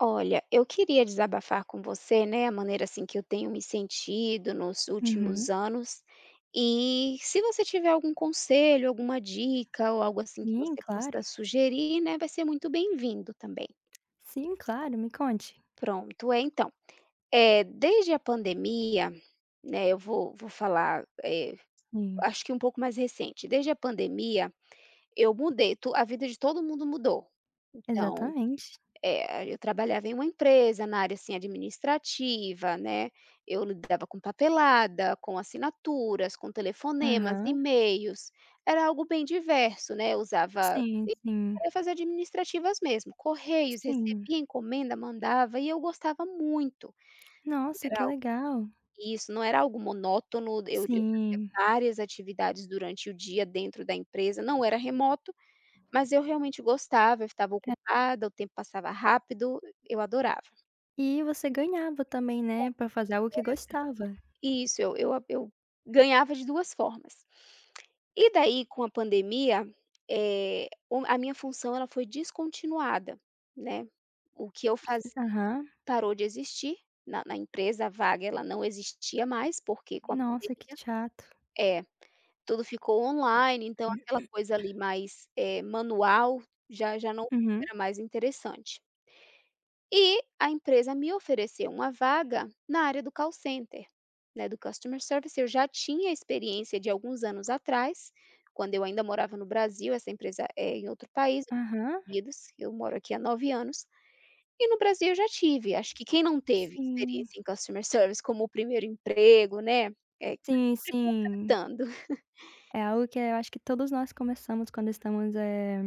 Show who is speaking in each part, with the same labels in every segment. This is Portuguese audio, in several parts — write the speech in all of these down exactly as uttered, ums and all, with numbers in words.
Speaker 1: Olha, eu queria desabafar com você, né, a maneira assim que eu tenho me sentido nos últimos
Speaker 2: Uhum.
Speaker 1: anos. E se você tiver algum conselho, alguma dica ou algo assim que
Speaker 2: Sim,
Speaker 1: você
Speaker 2: claro.
Speaker 1: possa sugerir, né, vai ser muito bem-vindo também.
Speaker 2: Sim, claro, me conte.
Speaker 1: Pronto, é então. É, desde a pandemia, né, eu vou, vou falar, é,
Speaker 2: Sim,
Speaker 1: acho que um pouco mais recente. Desde a pandemia, eu mudei, tu- a vida de todo mundo mudou. Então,
Speaker 2: exatamente.
Speaker 1: É, eu trabalhava em uma empresa na área, assim, administrativa, né, eu lidava com papelada, com assinaturas, com telefonemas,
Speaker 2: Aham.
Speaker 1: e-mails, era algo bem diverso, né, eu usava,
Speaker 2: Sim,
Speaker 1: enfim,
Speaker 2: sim,
Speaker 1: tarefas administrativas mesmo, correios,
Speaker 2: sim.
Speaker 1: recebia encomenda, mandava e eu gostava muito,
Speaker 2: Nossa, que
Speaker 1: era algo
Speaker 2: legal.
Speaker 1: isso, não era algo monótono, eu eu fazia
Speaker 2: Sim.
Speaker 1: várias atividades durante o dia dentro da empresa, não era remoto, mas eu realmente gostava, eu ficava
Speaker 2: É.
Speaker 1: ocupada, o tempo passava rápido, eu adorava.
Speaker 2: E você ganhava também, né, pra fazer algo que gostava.
Speaker 1: Isso, eu eu eu ganhava de duas formas. E daí com a pandemia, eh, o a minha função ela foi descontinuada, né. O que eu
Speaker 2: S
Speaker 1: fazia
Speaker 2: aham.
Speaker 1: parou de existir na na empresa, a vaga ela não existia mais, porque com a
Speaker 2: Nossa, que
Speaker 1: pandemia
Speaker 2: chato.
Speaker 1: é, tudo ficou online, então aquela coisa ali mais, eh, manual já já não
Speaker 2: Uhum.
Speaker 1: era mais interessante. E a empresa me ofereceu uma vaga na área do call center, né, do customer service. Eu já tinha experiência de alguns anos atrás, quando eu ainda morava no Brasil, essa empresa é em outro país,
Speaker 2: Aham.
Speaker 1: Unidos, eu moro aqui há nove anos, e no Brasil eu já tive. Acho que quem não teve
Speaker 2: Sim.
Speaker 1: experiência em customer service como o primeiro emprego, né, é tá
Speaker 2: Sim,
Speaker 1: sempre
Speaker 2: sim.
Speaker 1: contratando.
Speaker 2: É algo que eu acho que todos nós começamos quando estamos, eh,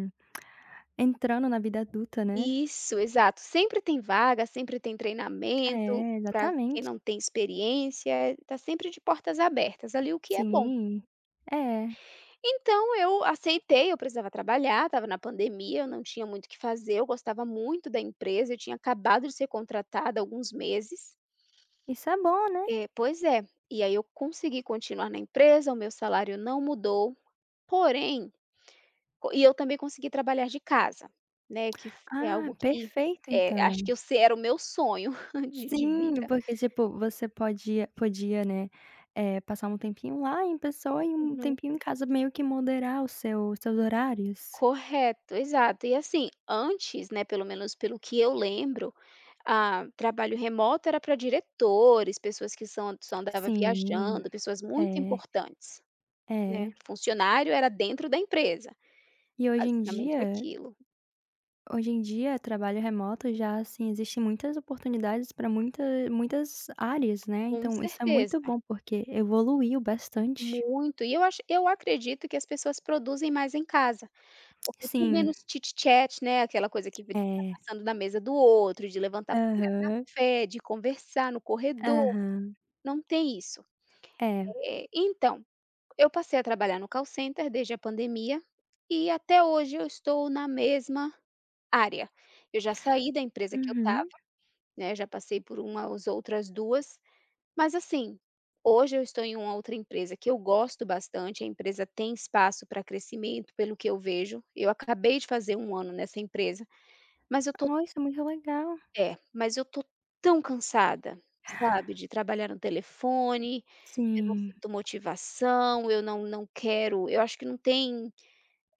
Speaker 2: entrando na vida adulta, né.
Speaker 1: Isso, exato. Sempre tem vaga, sempre tem treinamento
Speaker 2: É,
Speaker 1: para quem
Speaker 2: exatamente.
Speaker 1: não tem experiência, tá sempre de portas abertas ali, o que é bom.
Speaker 2: Sim. É.
Speaker 1: Então eu aceitei, eu precisava trabalhar, estava na pandemia, eu não tinha muito o que fazer, eu gostava muito da empresa, eu tinha acabado de ser contratada há alguns meses.
Speaker 2: Isso é bom, né?
Speaker 1: É, pois é, e aí eu consegui continuar na empresa, o meu salário não mudou, porém co e eu também consegui trabalhar de casa, né, que f é
Speaker 2: Ah,
Speaker 1: algo que,
Speaker 2: perfeito
Speaker 1: eh, acho
Speaker 2: então.
Speaker 1: que eu se era o meu sonho de de
Speaker 2: Sim,
Speaker 1: vida.
Speaker 2: porque, tipo, você podia podia, né, eh, passar um tempinho lá em pessoa e um
Speaker 1: Uhum.
Speaker 2: tempinho em casa, meio que moderar o seu os seus horários.
Speaker 1: Correto, exato. E assim, antes, né, pelo menos pelo que eu lembro, ah, trabalho remoto era para diretores, pessoas que são só andava
Speaker 2: Sim,
Speaker 1: viajando, pessoas muito
Speaker 2: é,
Speaker 1: importantes, né.
Speaker 2: é.
Speaker 1: Funcionário era dentro da empresa,
Speaker 2: E hoje em
Speaker 1: basicamente
Speaker 2: dia
Speaker 1: aquilo.
Speaker 2: Hoje em dia, trabalho remoto já, assim, existe muitas oportunidades para muita muitas áreas, né,
Speaker 1: Com
Speaker 2: então isso é
Speaker 1: certeza,
Speaker 2: muito bom, porque evoluiu bastante.
Speaker 1: muito. E eu acho eu acredito que as pessoas produzem mais em casa, porque tem
Speaker 2: Sim,
Speaker 1: menos chit-chat, né, aquela coisa que de
Speaker 2: é.
Speaker 1: passando na mesa do outro, de levantar para pegar
Speaker 2: Aham,
Speaker 1: café, de conversar no corredor,
Speaker 2: aham.
Speaker 1: não tem isso.
Speaker 2: É.
Speaker 1: Eh, então, eu passei a trabalhar no call center desde a pandemia e até hoje eu estou na mesma área. Eu já saí da empresa que eu estava,
Speaker 2: Uhum.
Speaker 1: né, já passei por umas outras duas, mas assim, hoje eu estou em uma outra empresa que eu gosto bastante, a empresa tem espaço para crescimento, pelo que eu vejo. Eu acabei de fazer um ano nessa empresa, mas eu estou
Speaker 2: Oh, isso é muito legal.
Speaker 1: É, mas eu tô tão cansada, sabe, de trabalhar no telefone, eu não
Speaker 2: Sim,
Speaker 1: sinto motivação, eu não não quero eu acho que não tem,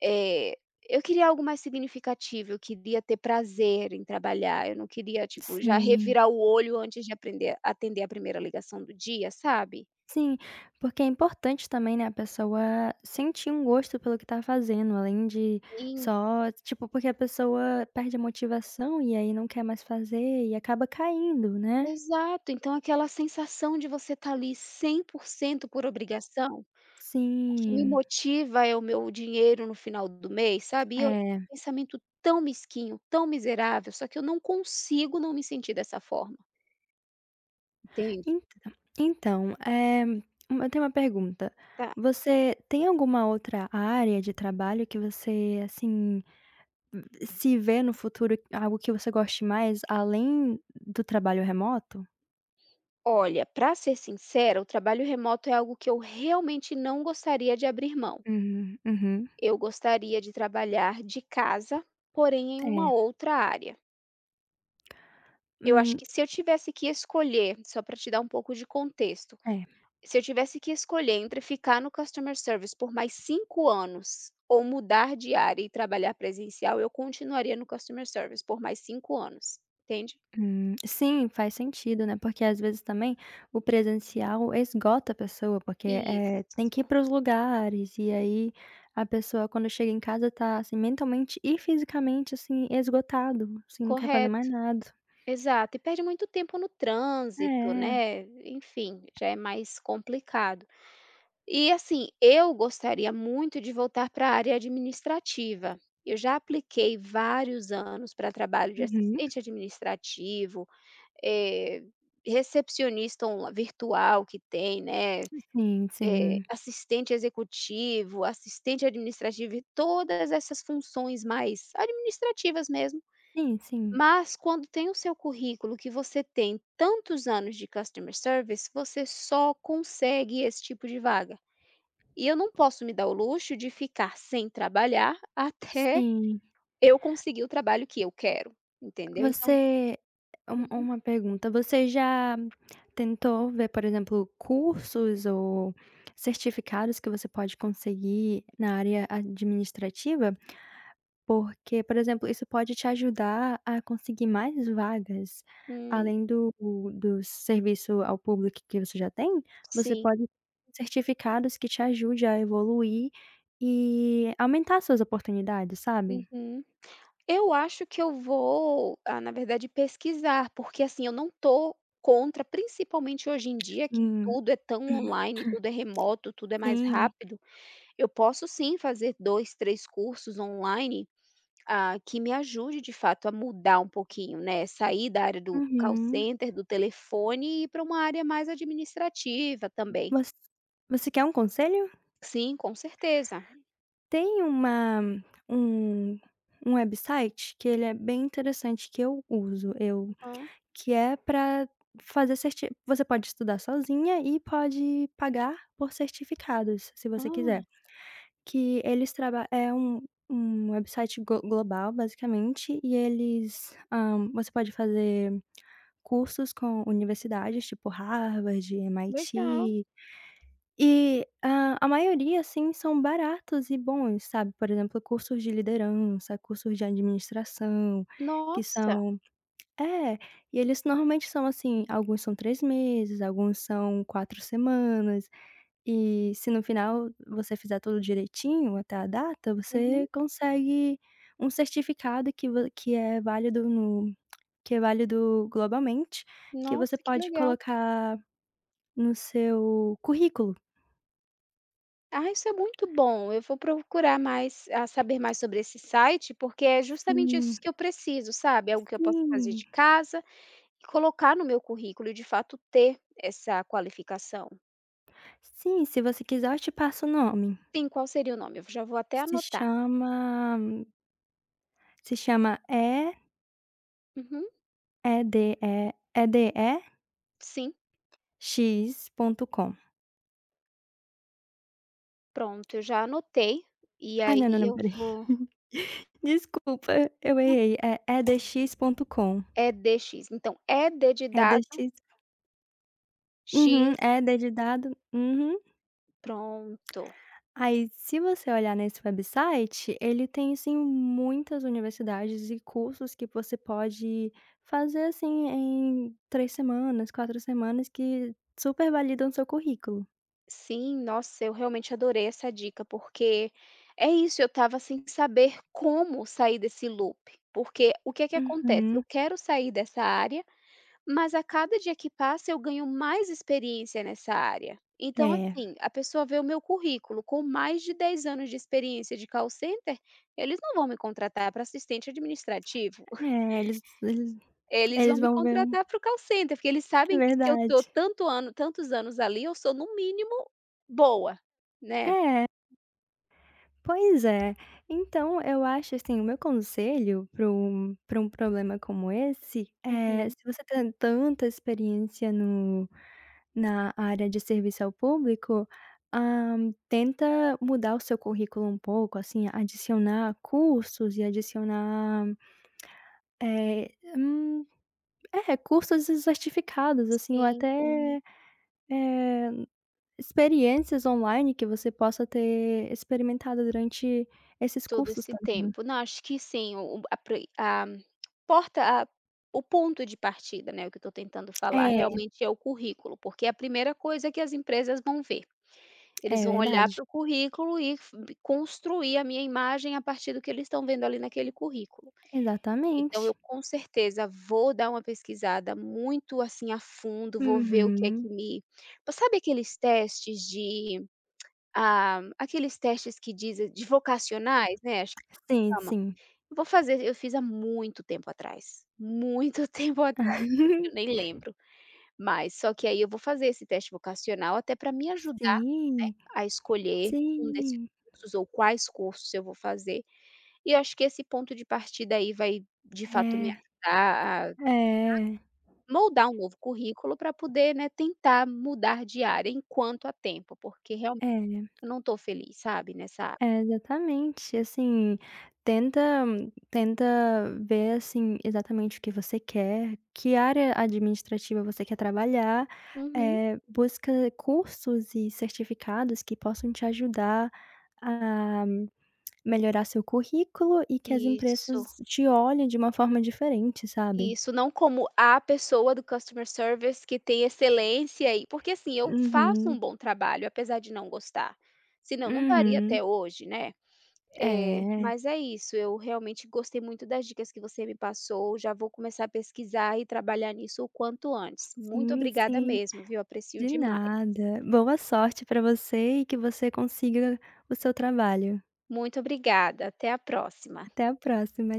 Speaker 1: eh, eu queria algo mais significativo, eu queria ter prazer em trabalhar, eu não queria, tipo, já
Speaker 2: sim,
Speaker 1: revirar o olho antes de aprender atender a primeira ligação do dia, sabe.
Speaker 2: sim, porque é importante também, né, a pessoa sentir um gosto pelo que tá fazendo, além de
Speaker 1: Sim,
Speaker 2: só tipo, porque a pessoa perde a motivação e aí não quer mais fazer e acaba caindo, né.
Speaker 1: exato, então aquela sensação de você estar ali cem por cento por cento por obrigação que me
Speaker 2: Sim,
Speaker 1: motiva é o meu dinheiro no final do mês, sabe. E eu
Speaker 2: é.
Speaker 1: pensamento tão mesquinho, tão miserável, só que eu não consigo não me sentir dessa forma, entende.
Speaker 2: Então então, eh, eu tenho uma pergunta.
Speaker 1: Tá.
Speaker 2: Você tem alguma outra área de trabalho que você, assim, se vê no futuro, algo que você goste mais, além do trabalho remoto?
Speaker 1: Olha, para ser sincera, o trabalho remoto é algo que eu realmente não gostaria de abrir mão.
Speaker 2: Uhum, uhum.
Speaker 1: Eu gostaria de trabalhar de casa, porém em uma
Speaker 2: É,
Speaker 1: outra área. Eu acho
Speaker 2: hum,
Speaker 1: que se eu tivesse que escolher, só para te dar um pouco de contexto.
Speaker 2: é,
Speaker 1: Se eu tivesse que escolher entre ficar no customer service por mais cinco anos ou mudar de área e trabalhar presencial, eu continuaria no customer service por mais cinco anos, entende?
Speaker 2: hum, sim, faz sentido, né, porque às vezes também o presencial esgota a pessoa, porque, é, tem que
Speaker 1: Isso,
Speaker 2: ir para os lugares, e aí a pessoa quando chega em casa tá, assim, mentalmente e fisicamente, assim, esgotado, assim, não quer fazer
Speaker 1: correto,
Speaker 2: mais nada.
Speaker 1: exato. E perde muito tempo no trânsito,
Speaker 2: É,
Speaker 1: né, enfim, já é mais complicado. E assim, eu gostaria muito de voltar para a área administrativa. Eu já apliquei vários anos para trabalho de
Speaker 2: uhum.
Speaker 1: assistente administrativo, Eh, recepcionista onla virtual que tem, né,
Speaker 2: Sim,
Speaker 1: eh,
Speaker 2: sim.
Speaker 1: assistente executivo, assistente administrativo e todas essas funções mais administrativas mesmo.
Speaker 2: Sim, sim.
Speaker 1: Mas quando tem o seu currículo que você tem tantos anos de customer service, você só consegue esse tipo de vaga. E eu não posso me dar o luxo de ficar sem trabalhar até
Speaker 2: Sim.
Speaker 1: eu conseguir o trabalho que eu quero, entendeu? Então
Speaker 2: Você, um uma pergunta: você já tentou ver, por exemplo, cursos ou certificados que você pode conseguir na área administrativa? Porque, por exemplo, isso pode te ajudar a conseguir mais vagas.
Speaker 1: uhum,
Speaker 2: Além do do serviço ao público que você já tem, você
Speaker 1: sim.
Speaker 2: pode ter certificados que te ajude a evoluir e aumentar suas oportunidades, sabe?
Speaker 1: Uhum. Eu acho que eu vou, ah, na verdade, pesquisar, porque assim, eu não tô contra, principalmente hoje em dia, que
Speaker 2: Sim,
Speaker 1: tudo é tão online, tudo é remoto, tudo é mais
Speaker 2: sim.
Speaker 1: rápido. Eu posso sim fazer dois, três cursos online, ah, que me ajude de fato a mudar um pouquinho, né, sair da área do do call
Speaker 2: Uhum.
Speaker 1: center, do telefone e ir pra uma área mais administrativa também.
Speaker 2: Voc Você quer um conselho?
Speaker 1: Sim, com certeza.
Speaker 2: Tem uma um um website que ele é bem interessante que eu uso, eu
Speaker 1: Aham.
Speaker 2: que é para fazer certi você pode estudar sozinha e pode pagar por certificados, se você
Speaker 1: Ah,
Speaker 2: quiser. Que eles traba É um um website glo global, basicamente. E eles, hã, você pode fazer cursos com universidades, tipo Harvard,
Speaker 1: legal.
Speaker 2: M I T. E a a maioria, assim, são baratos e bons, sabe, por exemplo, cursos de liderança, cursos de administração, que
Speaker 1: Nossa.
Speaker 2: são, é, e eles normalmente são assim: alguns são três meses, alguns são quatro semanas, e se no final você fizer tudo direitinho até a data,
Speaker 1: Uhum.
Speaker 2: você consegue um certificado que vo que é válido no que é válido globalmente, que você
Speaker 1: Nossa, que
Speaker 2: pode
Speaker 1: legal.
Speaker 2: colocar no seu currículo.
Speaker 1: Ah, isso é muito bom. Eu vou procurar mais ah, saber mais sobre esse site, porque é justamente
Speaker 2: Sim.
Speaker 1: isso que eu preciso, sabe? Algo que eu possa fazer
Speaker 2: Sim,
Speaker 1: de casa e colocar no meu currículo e, de fato, ter essa qualificação.
Speaker 2: sim, se você quiser eu te passo o nome.
Speaker 1: Sim, qual seria o nome? Eu já vou até
Speaker 2: Se
Speaker 1: anotar.
Speaker 2: chama se chama E
Speaker 1: Uhum,
Speaker 2: EDE
Speaker 1: sim,
Speaker 2: e d x ponto com.
Speaker 1: pronto, eu já anotei. E
Speaker 2: Ai, não, não,
Speaker 1: aí
Speaker 2: não,
Speaker 1: eu
Speaker 2: pera aí.
Speaker 1: vou.
Speaker 2: Desculpa, eu errei, é edx ponto edx ponto com,
Speaker 1: E D X. Então, é D de dado,
Speaker 2: edx, uhum,
Speaker 1: X,
Speaker 2: ed de dado, uhum.
Speaker 1: pronto.
Speaker 2: Aí, se você olhar nesse website, ele tem, assim, muitas universidades e cursos que você pode fazer, assim, em três semanas, quatro semanas, que super validam seu currículo.
Speaker 1: Sim, nossa, eu realmente adorei essa dica, porque é isso, eu estava sem saber como sair desse loop, porque o que é que acontece? Eu
Speaker 2: Uhum.
Speaker 1: quero sair dessa área, mas a cada dia que passa eu ganho mais experiência nessa área. Então,
Speaker 2: É,
Speaker 1: assim, a pessoa vê o meu currículo com mais de dez anos de experiência de call center, eles não vão me contratar para assistente administrativo,
Speaker 2: é, eles eles
Speaker 1: eles vão
Speaker 2: eles
Speaker 1: me
Speaker 2: vão ver um.
Speaker 1: contratar para o call center, porque eles
Speaker 2: É
Speaker 1: sabem que se eu estou
Speaker 2: verdade.
Speaker 1: tanto ano, tantos anos ali, eu sou no mínimo boa, né?
Speaker 2: É, pois é. Então eu acho, assim, o meu conselho para um para um problema como esse: é,
Speaker 1: Uhum.
Speaker 2: se você tem tanta experiência no Na área de serviço ao público, ah, tenta mudar o seu currículo um pouco, assim, adicionar cursos e adicionar, eh, hum, é, cursos e certificados, assim, ou
Speaker 1: Sim,
Speaker 2: até Hum. até, eh, experiências online que você possa ter experimentado durante esses
Speaker 1: todo
Speaker 2: cursos
Speaker 1: esse
Speaker 2: também.
Speaker 1: tempo. Não, acho que sim, o o- a pri a porta a o ponto de partida, né, o que eu estou tentando falar,
Speaker 2: É,
Speaker 1: realmente é o currículo, porque é a primeira coisa que as empresas vão ver. Eles
Speaker 2: é
Speaker 1: vão olhar
Speaker 2: verdade.
Speaker 1: para o currículo e f construir a minha imagem a partir do que eles estão vendo ali naquele currículo. Então eu
Speaker 2: Exatamente.
Speaker 1: com certeza vou dar uma pesquisada muito, assim, a fundo, vou ver o que é que
Speaker 2: Uhum.
Speaker 1: me sabe aqueles testes de Ah, aqueles testes que dizem de vocacionais, né, acho que
Speaker 2: Sim,
Speaker 1: chama.
Speaker 2: sim.
Speaker 1: Eu vou fazer eu fiz há muito tempo atrás, muito tempo atrás, acho que eu nem lembro, mas só que aí eu vou fazer esse teste vocacional até para me ajudar
Speaker 2: Sim,
Speaker 1: a escolher um desses
Speaker 2: sim.
Speaker 1: cursos ou quais cursos eu vou fazer, e eu acho que esse ponto de partida aí vai de fato me
Speaker 2: É.
Speaker 1: ajudar a
Speaker 2: É,
Speaker 1: moldar um novo currículo para poder, né, tentar mudar de área enquanto há tempo, porque realmente
Speaker 2: é,
Speaker 1: eu não estou feliz, sabe, nessa área.
Speaker 2: é exatamente, assim, tenta tenta ver, assim, exatamente o que você quer, que área administrativa você quer trabalhar,
Speaker 1: Uhum,
Speaker 2: eh, busca cursos e certificados que possam te ajudar a melhorar seu currículo e que as
Speaker 1: isso.
Speaker 2: empresas te olhem de uma forma diferente, sabe.
Speaker 1: Isso, não como a pessoa do customer service que tem excelência e porque assim, eu faço um
Speaker 2: Uhum,
Speaker 1: bom trabalho, apesar de não gostar, senão não estaria
Speaker 2: uhum.
Speaker 1: até hoje, né. É,
Speaker 2: É,
Speaker 1: mas é isso, eu realmente gostei muito das dicas que você me passou, já vou começar a pesquisar e trabalhar nisso o quanto antes. Muito
Speaker 2: sim,
Speaker 1: obrigada
Speaker 2: sim.
Speaker 1: mesmo, viu, aprecio
Speaker 2: De
Speaker 1: demais.
Speaker 2: nada. Boa sorte para você e que você consiga o seu trabalho.
Speaker 1: Muito obrigada, até a próxima.
Speaker 2: Até a próxima.